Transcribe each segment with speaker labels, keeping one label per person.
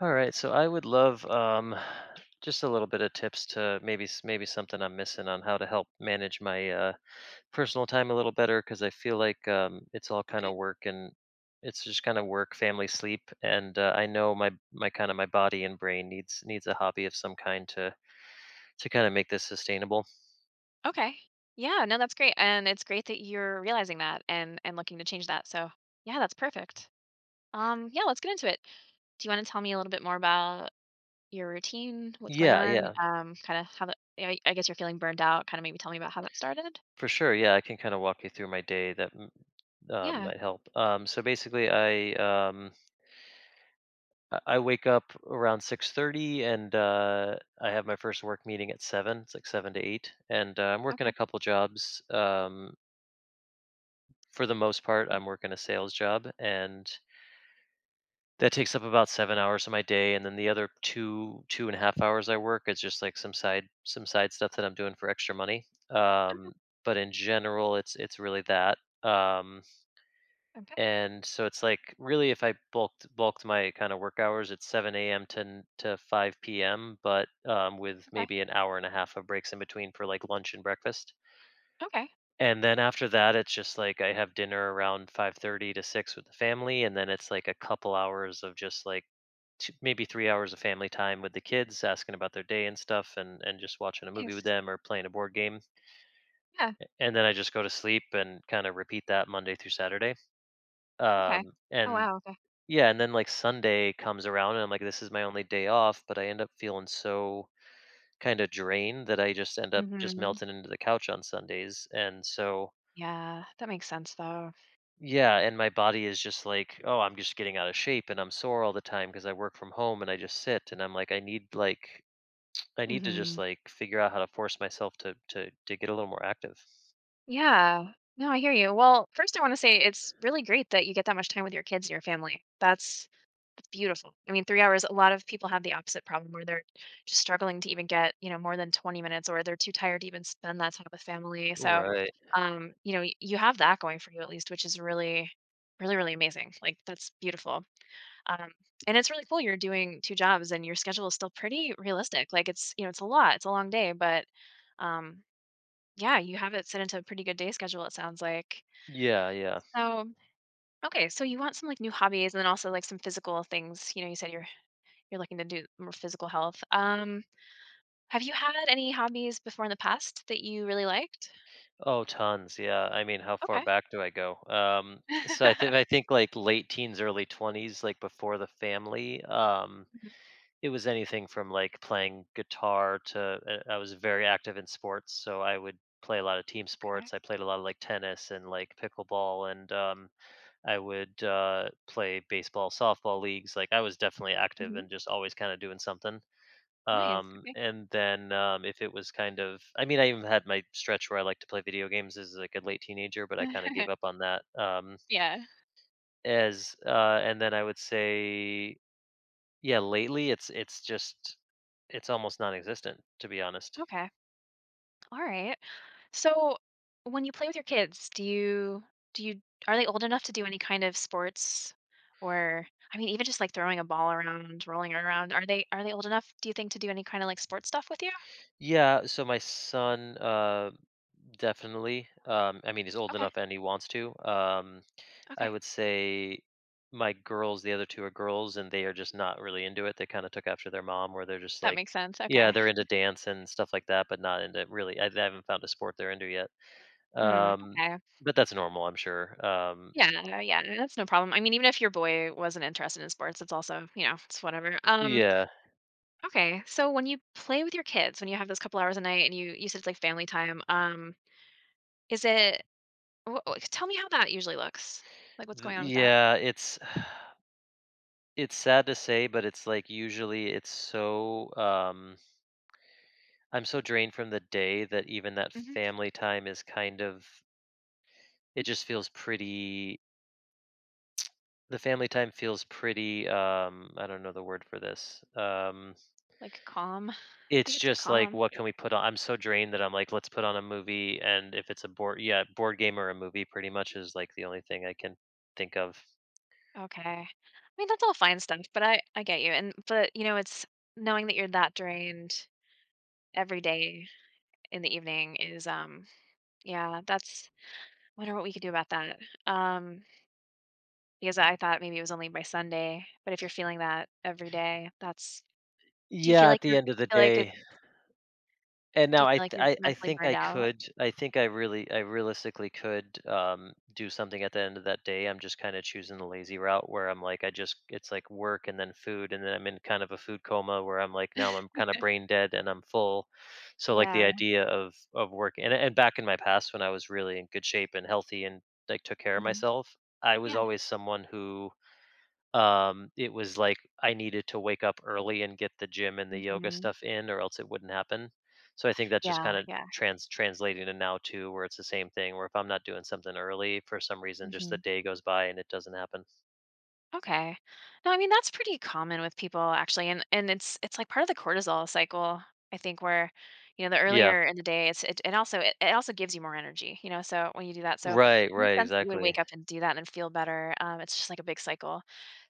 Speaker 1: All right, so I would love just a little bit of tips to maybe something I'm missing on how to help manage my personal time a little better because I feel like it's all kind of
Speaker 2: Okay.
Speaker 1: work and it's just kind of work, family, sleep, and I know my kind of my body and brain needs a hobby of some kind to kind of make this sustainable.
Speaker 2: Okay. Yeah, no, that's great. And it's great that you're realizing that and looking to change that. So, yeah, that's perfect. Yeah, let's get into it. Do you want to tell me a little bit more about your routine, what's going
Speaker 1: Yeah,
Speaker 2: on?
Speaker 1: yeah,
Speaker 2: Kind of how the yeah, I guess you're feeling burned out. Kind of maybe tell me about how that started.
Speaker 1: for sure. Yeah, I can kind of walk you through my day that
Speaker 2: Yeah.
Speaker 1: might help. So basically, I wake up around 6:30 and I have my first work meeting at 7. It's like 7 to 8 and I'm working a
Speaker 2: Okay.
Speaker 1: couple jobs. For the most part,
Speaker 2: Mm.
Speaker 1: I'm working a sales job, and that takes up about 7 hours of my day, and then the other two and a half hours I work is just like some side stuff that I'm doing for extra money.
Speaker 2: Okay.
Speaker 1: But in general it's really that um,
Speaker 2: Okay.
Speaker 1: and so it's like, really, if I bulked my kind of work hours, it's 7 a.m. to 5 p.m., but with
Speaker 2: Okay.
Speaker 1: maybe an hour and a half of breaks in between for like lunch and breakfast.
Speaker 2: Okay.
Speaker 1: And then after that, it's just like I have dinner around 5:30 to 6 with the family, and then it's like a couple hours of just like 2, maybe 3 hours of family time, with the kids asking about their day and stuff, and just watching a movie with
Speaker 2: Yes.
Speaker 1: them or playing a board game.
Speaker 2: Yeah.
Speaker 1: And then I just go to sleep and kind of repeat that Monday through Saturday.
Speaker 2: Okay. Oh
Speaker 1: And
Speaker 2: wow. Okay.
Speaker 1: Yeah, and then like Sunday comes around and I'm like, this is my only day off, but I end up feeling so kind of drained that I just end up just
Speaker 2: Hmm.
Speaker 1: melting into the couch on Sundays. And so,
Speaker 2: Yeah, that makes sense though.
Speaker 1: yeah, and my body is just like, oh, I'm just getting out of shape and I'm sore all the time because I work from home and I just sit, and I'm like, I need like, I need to just
Speaker 2: Mhm.
Speaker 1: like figure out how to force myself to get a little more active.
Speaker 2: Yeah. No, I hear you. Well, first I want to say it's really great that you get that much time with your kids and your family. That's beautiful. I mean, 3 hours, a lot of people have the opposite problem where they're just struggling to even get, more than 20 minutes, or they're too tired to even spend that time with family. So,
Speaker 1: Right.
Speaker 2: you have that going for you at least, which is really really really amazing. Like that's beautiful. Um, and it's really cool you're doing two jobs and your schedule is still pretty realistic. Like it's, it's a lot. It's a long day, but um yeah, you have it set into a pretty good day schedule, it sounds like.
Speaker 1: Yeah, yeah.
Speaker 2: So, okay, so you want some like new hobbies and then also like some physical things. You said you're looking to do more physical health. Have you had any hobbies before in the past that you really liked?
Speaker 1: Oh, tons. Yeah. I mean, how far
Speaker 2: Okay.
Speaker 1: back do I go? So I think like late teens, early 20s, like before the family.
Speaker 2: Mhm.
Speaker 1: It was anything from like playing guitar to I was very active in sports, so I would play a lot of team
Speaker 2: Okay.
Speaker 1: sports. I played a lot of like tennis and like pickleball, and I would play baseball, softball leagues. Like I was definitely active
Speaker 2: Hmm.
Speaker 1: and just always kind of doing something.
Speaker 2: Nice.
Speaker 1: Um,
Speaker 2: Okay.
Speaker 1: and then, if it was kind of, I mean, I even had my stretch where I like to play video games as, like, a late teenager, but I kinda gave up on that,
Speaker 2: Yeah.
Speaker 1: as and then I would say, yeah, lately, it's just, it's almost non-existent, to be honest.
Speaker 2: Okay. All right. So, when you play with your kids, do you are they old enough to do any kind of sports or I mean even just like throwing a ball around, rolling it around, are they old enough do you think to do any kind of like sports stuff with you?
Speaker 1: Yeah, so my son, definitely, I mean, he's old
Speaker 2: Okay.
Speaker 1: enough and he wants to. I
Speaker 2: Okay.
Speaker 1: would say my girls, the other two are girls, and they are just not really into it. They kind of took after their mom, where they're just
Speaker 2: That
Speaker 1: like,
Speaker 2: makes sense.
Speaker 1: yeah,
Speaker 2: Okay.
Speaker 1: they're into dance and stuff like that, but not into, really. I haven't found a sport they're into yet.
Speaker 2: Hmm,
Speaker 1: Um,
Speaker 2: okay.
Speaker 1: but that's normal, I'm sure.
Speaker 2: Yeah, yeah, that's no problem. I mean, even if your boy wasn't interested in sports, it's also, it's whatever.
Speaker 1: Yeah,
Speaker 2: Okay. So when you play with your kids, when you have those couple hours a night and you said it's like family time, is it Wha wha tell me how that usually looks. Like, what's
Speaker 1: th-
Speaker 2: going on with that?
Speaker 1: yeah, it's it's sad to say, but it's like, usually, it's so I'm so drained from the day that even that
Speaker 2: Mhm.
Speaker 1: family time is kind of, it just feels pretty. The family time feels pretty, I don't know the word for this.
Speaker 2: Like, calm? I
Speaker 1: It's
Speaker 2: think it's
Speaker 1: just like,
Speaker 2: calm.
Speaker 1: what can we put on? I'm so drained that I'm like, let's put on a movie. And if it's a board, yeah, board game or a movie, pretty much is like the only thing I can think of.
Speaker 2: Okay. I mean, that's all fine stuff, but I get you, and but, it's knowing that you're that drained every day in the evening is, yeah, that's I wonder what we could do about that, um, because I thought maybe it was only by Sunday, but if you're feeling that every day, that's do you
Speaker 1: Yeah,
Speaker 2: feel
Speaker 1: at
Speaker 2: like
Speaker 1: the
Speaker 2: you're
Speaker 1: end
Speaker 2: do
Speaker 1: of
Speaker 2: you
Speaker 1: the
Speaker 2: feel like it
Speaker 1: day. And
Speaker 2: do
Speaker 1: now
Speaker 2: you
Speaker 1: I
Speaker 2: feel like
Speaker 1: th-
Speaker 2: you're
Speaker 1: I I
Speaker 2: mentally
Speaker 1: think I
Speaker 2: burned out?
Speaker 1: could. I think I realistically could do something at the end of that day. I'm just kind of choosing the lazy route, where I'm like, I just it's like work and then food and then I'm in kind of a food coma where I'm like, now I'm kind of brain dead and I'm full. So like the
Speaker 2: Yeah.
Speaker 1: idea of work and back in my past, when I was really in good shape and healthy and like took care of
Speaker 2: Mhm.
Speaker 1: myself, I was
Speaker 2: Yeah.
Speaker 1: always someone who. It was like I needed to wake up early and get the gym and the yoga
Speaker 2: Mhm.
Speaker 1: stuff in, or else it wouldn't happen. So I think that's just
Speaker 2: Yeah,
Speaker 1: kind of
Speaker 2: yeah.
Speaker 1: translating to now too, where it's the same thing, where if I'm not doing something early for some reason, just the
Speaker 2: Mhm.
Speaker 1: day goes by and it doesn't happen.
Speaker 2: Okay. No, I mean that's pretty common with people actually and it's like part of the cortisol cycle I think where the
Speaker 1: Yeah.
Speaker 2: earlier in the day it's it, and also it also gives you more energy, so when you do that so it
Speaker 1: Right,
Speaker 2: makes
Speaker 1: right,
Speaker 2: sense that you would
Speaker 1: exactly.
Speaker 2: wake up and do that and then feel better. It's just like a big cycle.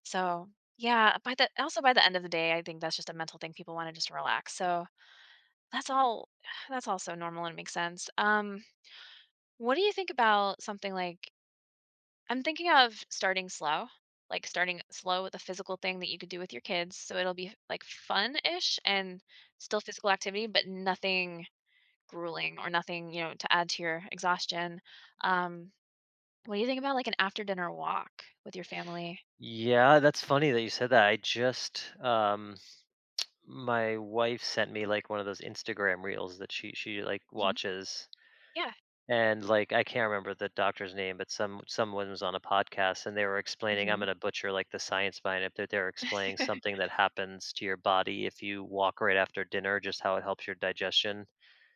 Speaker 2: So, yeah, by the also by the end of the day I think that's just a mental thing people want to just relax. So, that's all that's also normal and makes sense. What do you think about something like I'm thinking of starting slow, like starting slow with a physical thing that you could do with your kids. So it'll be like fun ish and still physical activity, but nothing grueling or nothing, to add to your exhaustion. Um, what do you think about like an after dinner walk with your family?
Speaker 1: Yeah, that's funny that you said that. I just my wife sent me like one of those Instagram reels that she like
Speaker 2: Hmm.
Speaker 1: watches.
Speaker 2: Yeah.
Speaker 1: And like, I can't remember the doctor's name, but someone was on a podcast, and they were explaining, I'm
Speaker 2: Hmm.
Speaker 1: gonna butcher like the science behind it, but they're explaining something that happens to your body if you walk right after dinner, just how it helps your digestion.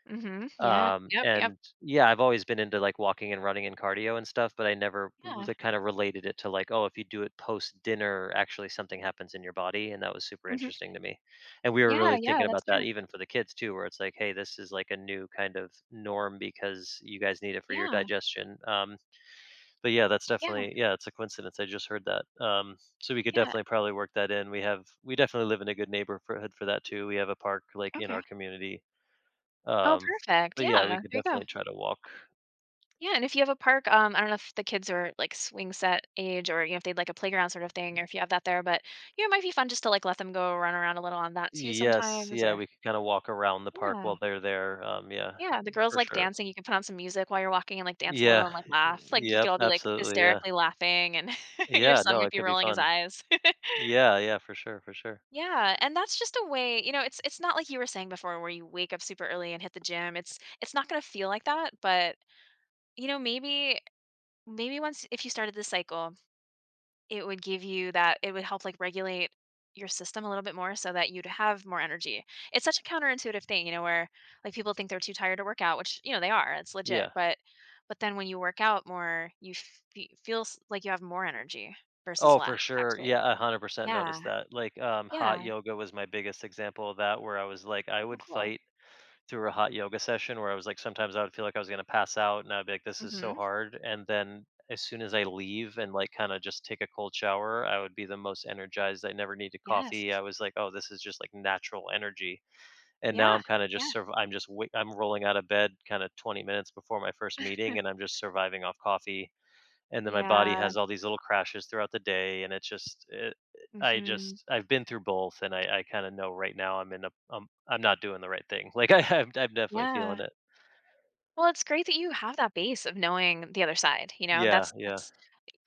Speaker 2: Hmm. Yeah.
Speaker 1: Um,
Speaker 2: Yep. Yep.
Speaker 1: and yeah, I've always been into like walking and running and cardio and stuff, but I never
Speaker 2: Yeah.
Speaker 1: like kind of related it to like, oh, if you do it post dinner, actually something happens in your body. And that was super
Speaker 2: Hmm.
Speaker 1: interesting to me. And we were
Speaker 2: Yeah.
Speaker 1: really
Speaker 2: Yeah.
Speaker 1: thinking about
Speaker 2: That's true.
Speaker 1: that even for the kids too, where it's like, hey, this is like a new kind of norm because you guys need it for your
Speaker 2: Yeah.
Speaker 1: digestion. But yeah, that's
Speaker 2: Yeah.
Speaker 1: definitely, yeah, it's a coincidence, I just heard that. So we could
Speaker 2: Yeah.
Speaker 1: definitely probably work that in. We definitely live in a good neighborhood for that too. We have a park like in
Speaker 2: Okay.
Speaker 1: our community,
Speaker 2: Oh,
Speaker 1: um,
Speaker 2: perfect.
Speaker 1: but
Speaker 2: Yeah.
Speaker 1: yeah, we could
Speaker 2: There you go.
Speaker 1: definitely try to walk.
Speaker 2: Yeah, and if you have a park, I don't know if the kids are like swing set age or if they'd like a playground sort of thing or if you have that there, but it might be fun just to like let them go run around a little on that too
Speaker 1: Yes,
Speaker 2: sometimes
Speaker 1: yeah,
Speaker 2: or
Speaker 1: we could kinda walk around the park while
Speaker 2: yeah.
Speaker 1: they're there, yeah,
Speaker 2: Yeah. The girls
Speaker 1: for
Speaker 2: like
Speaker 1: sure.
Speaker 2: dancing. You can put on some music while you're walking and like dance a little
Speaker 1: Yeah,
Speaker 2: and like laugh. Like you
Speaker 1: yep,
Speaker 2: could all be like
Speaker 1: absolutely, yeah.
Speaker 2: hysterically laughing and your
Speaker 1: Yeah,
Speaker 2: son
Speaker 1: no,
Speaker 2: might
Speaker 1: it
Speaker 2: be
Speaker 1: could be
Speaker 2: rolling his
Speaker 1: fun.
Speaker 2: eyes.
Speaker 1: Yeah, yeah, for sure, for sure.
Speaker 2: Yeah, and that's just a way, it's not like you were saying before where you wake up super early and hit the gym. It's not going to feel like that, but maybe once if you started this cycle it would give you that it would help, like, regulate your system a little bit more so that you'd have more energy. It's such a counterintuitive thing, where, like, people think they're too tired to work out, which, they are, it's
Speaker 1: Yeah.
Speaker 2: legit, but then when you work out more, you fe feel s like you have more energy versus
Speaker 1: Oh, for
Speaker 2: less,
Speaker 1: sure,
Speaker 2: actually.
Speaker 1: yeah, 100%
Speaker 2: Yeah,
Speaker 1: noticed that, like, hot
Speaker 2: yeah.
Speaker 1: yoga was my biggest example of that, where I was like, I
Speaker 2: Oh,
Speaker 1: would
Speaker 2: cool.
Speaker 1: fight through a hot yoga session where I was like, sometimes I would feel like I was gonna pass out and I'd be like, this is so
Speaker 2: Mhm.
Speaker 1: hard. And then as soon as I leave and like kind of just take a cold shower, I would be the most energized. I never needed coffee. I
Speaker 2: Yes.
Speaker 1: was like, oh, this is just like natural energy. And now
Speaker 2: Yeah,
Speaker 1: I'm kind of just
Speaker 2: yeah.
Speaker 1: serve. I'm rolling out of bed kind of 20 minutes before my first meeting, and I'm just surviving off coffee, and then my body
Speaker 2: Yeah,
Speaker 1: has all these little crashes throughout the day, and it's just it,
Speaker 2: mhm.
Speaker 1: I've been through both, and I kind of know right now I'm in a, I'm not doing the right thing like I'm definitely feeling
Speaker 2: Yeah.
Speaker 1: it.
Speaker 2: Well, it's great that you have that base of knowing the other side,
Speaker 1: Yeah,
Speaker 2: That's
Speaker 1: yeah,
Speaker 2: that's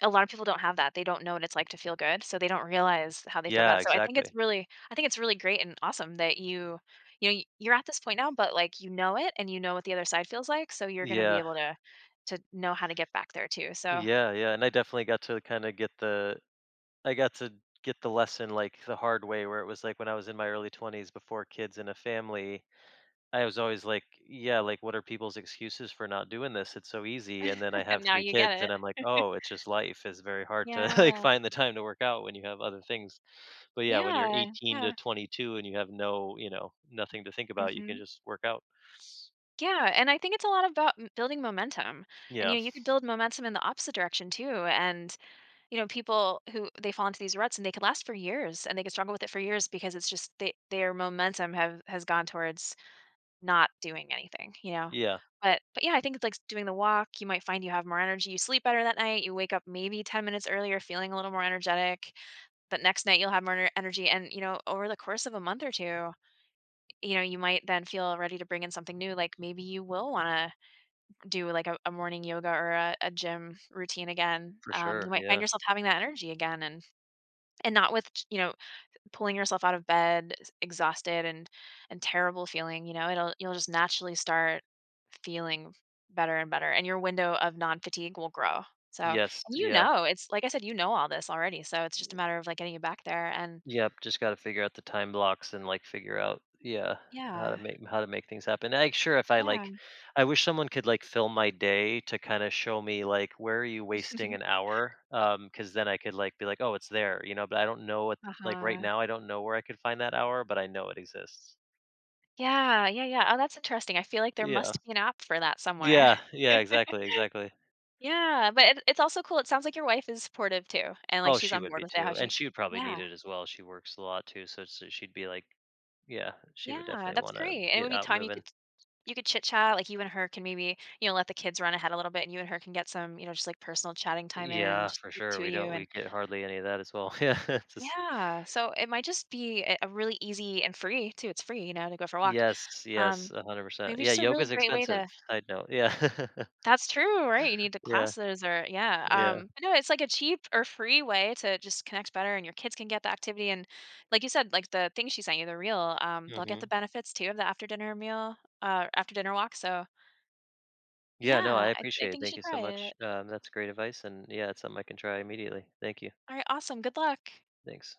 Speaker 2: a lot of people don't have that, they don't know what it's like to feel good, so they don't realize how they feel
Speaker 1: yeah,
Speaker 2: bad, so I think it's
Speaker 1: exactly.
Speaker 2: really I think it's really great and awesome that you you're at this point now, but, like, you know it and you know what the other side feels like, so you're gonna be
Speaker 1: Yeah,
Speaker 2: able to know how to get back there too, so
Speaker 1: yeah, yeah, and I definitely got to kind of get the I got to get the lesson, like the hard way, where it was like when I was in my early 20s before kids and a family. I was always like, yeah, like, what are people's excuses for not doing this? It's so easy. And then I have
Speaker 2: now
Speaker 1: three
Speaker 2: you get
Speaker 1: kids
Speaker 2: it.
Speaker 1: and I'm like, oh, it's just life. It's very hard to like
Speaker 2: Yeah.
Speaker 1: find the time to work out when you have other things. But yeah, when you're
Speaker 2: Yeah,
Speaker 1: 18 to
Speaker 2: yeah.
Speaker 1: 22 and you have no, you know, nothing to think about, you can
Speaker 2: Mhm.
Speaker 1: just work out.
Speaker 2: Yeah, and I think it's a lot about m building momentum, and,
Speaker 1: Yeah.
Speaker 2: you could build momentum in the opposite direction too, and people who they fall into these ruts and they could last for years and they could struggle with it for years because it's just they, their momentum have has gone towards not doing anything,
Speaker 1: Yeah,
Speaker 2: But yeah, I think it's like doing the walk. You might find you have more energy. You sleep better that night. You wake up maybe 10 minutes earlier feeling a little more energetic. The next night you'll have more energy and over the course of a month or two, you might then feel ready to bring in something new. Like maybe you will want to do like a morning yoga or a gym routine again.
Speaker 1: for
Speaker 2: You
Speaker 1: sure.
Speaker 2: might find
Speaker 1: Yeah.
Speaker 2: yourself having that energy again and not with pulling yourself out of bed exhausted and terrible feeling it'll you'll just naturally start feeling better and better and your window of non-fatigue will grow so
Speaker 1: Yes.
Speaker 2: and
Speaker 1: Yeah.
Speaker 2: it's like I said, all this already, so it's just a matter of like getting you back there and
Speaker 1: Yep, just gotta figure out the time blocks and, like, figure out, yeah, how to
Speaker 2: yeah
Speaker 1: make how to make things happen. Like, sure, if I, like,
Speaker 2: yeah.
Speaker 1: I wish someone could, like, film my day to kinda show me, like, where are you wasting an hour? Because then I could, like, be like, "Oh, it's there," you know, but I don't know what, like, right
Speaker 2: Uh-huh.
Speaker 1: now, I don't know where I could find that hour, but I know it exists.
Speaker 2: Yeah, yeah, yeah. Oh, that's interesting. I feel like there
Speaker 1: Yeah.
Speaker 2: must be an app for that somewhere.
Speaker 1: Yeah, yeah, exactly, exactly.
Speaker 2: Yeah, but it, it's also cool it sounds like your wife is supportive too and like
Speaker 1: Oh,
Speaker 2: she's
Speaker 1: she
Speaker 2: on
Speaker 1: would
Speaker 2: board
Speaker 1: be
Speaker 2: with it how
Speaker 1: too, and
Speaker 2: she
Speaker 1: she would probably need
Speaker 2: yeah.
Speaker 1: it as well, she works a lot too, so she'd be like, yeah, she would
Speaker 2: Yeah,
Speaker 1: definitely
Speaker 2: that's
Speaker 1: wanna
Speaker 2: great, and it would
Speaker 1: get
Speaker 2: be
Speaker 1: out
Speaker 2: time you
Speaker 1: moving.
Speaker 2: could chit chat, like, you and her can maybe, let the kids run ahead a little bit, and you and her can get some, just, like, personal chatting time in,
Speaker 1: Yeah,
Speaker 2: just
Speaker 1: for
Speaker 2: the
Speaker 1: sure.
Speaker 2: 2 of
Speaker 1: We
Speaker 2: you,
Speaker 1: don't
Speaker 2: and
Speaker 1: we get hardly any of that as well. Yeah, it's just,
Speaker 2: yeah, so it might just be a really easy and free too, it's free, to go for a walk.
Speaker 1: yes, yes,
Speaker 2: Um,
Speaker 1: 100%.
Speaker 2: Maybe
Speaker 1: Yeah,
Speaker 2: just a really
Speaker 1: yoga's
Speaker 2: great way
Speaker 1: expensive.
Speaker 2: to
Speaker 1: Side note. Yeah.
Speaker 2: that's true, right? You need the
Speaker 1: Yeah,
Speaker 2: classes or yeah,
Speaker 1: yeah.
Speaker 2: I know it's like a cheap or free way to just connect better, and your kids can get the activity, and like you said, like, the thing she sent you, the reel, they'll get the
Speaker 1: Mhm.
Speaker 2: benefits too of the after dinner meal, after dinner walk, so
Speaker 1: Yeah, no,
Speaker 2: yeah,
Speaker 1: I
Speaker 2: I
Speaker 1: appreciate it.
Speaker 2: think you
Speaker 1: Thank
Speaker 2: should
Speaker 1: you so
Speaker 2: try
Speaker 1: much.
Speaker 2: it.
Speaker 1: That's great advice, and yeah, it's something I can try immediately. Thank you.
Speaker 2: Alright, awesome, good luck.
Speaker 1: Thanks.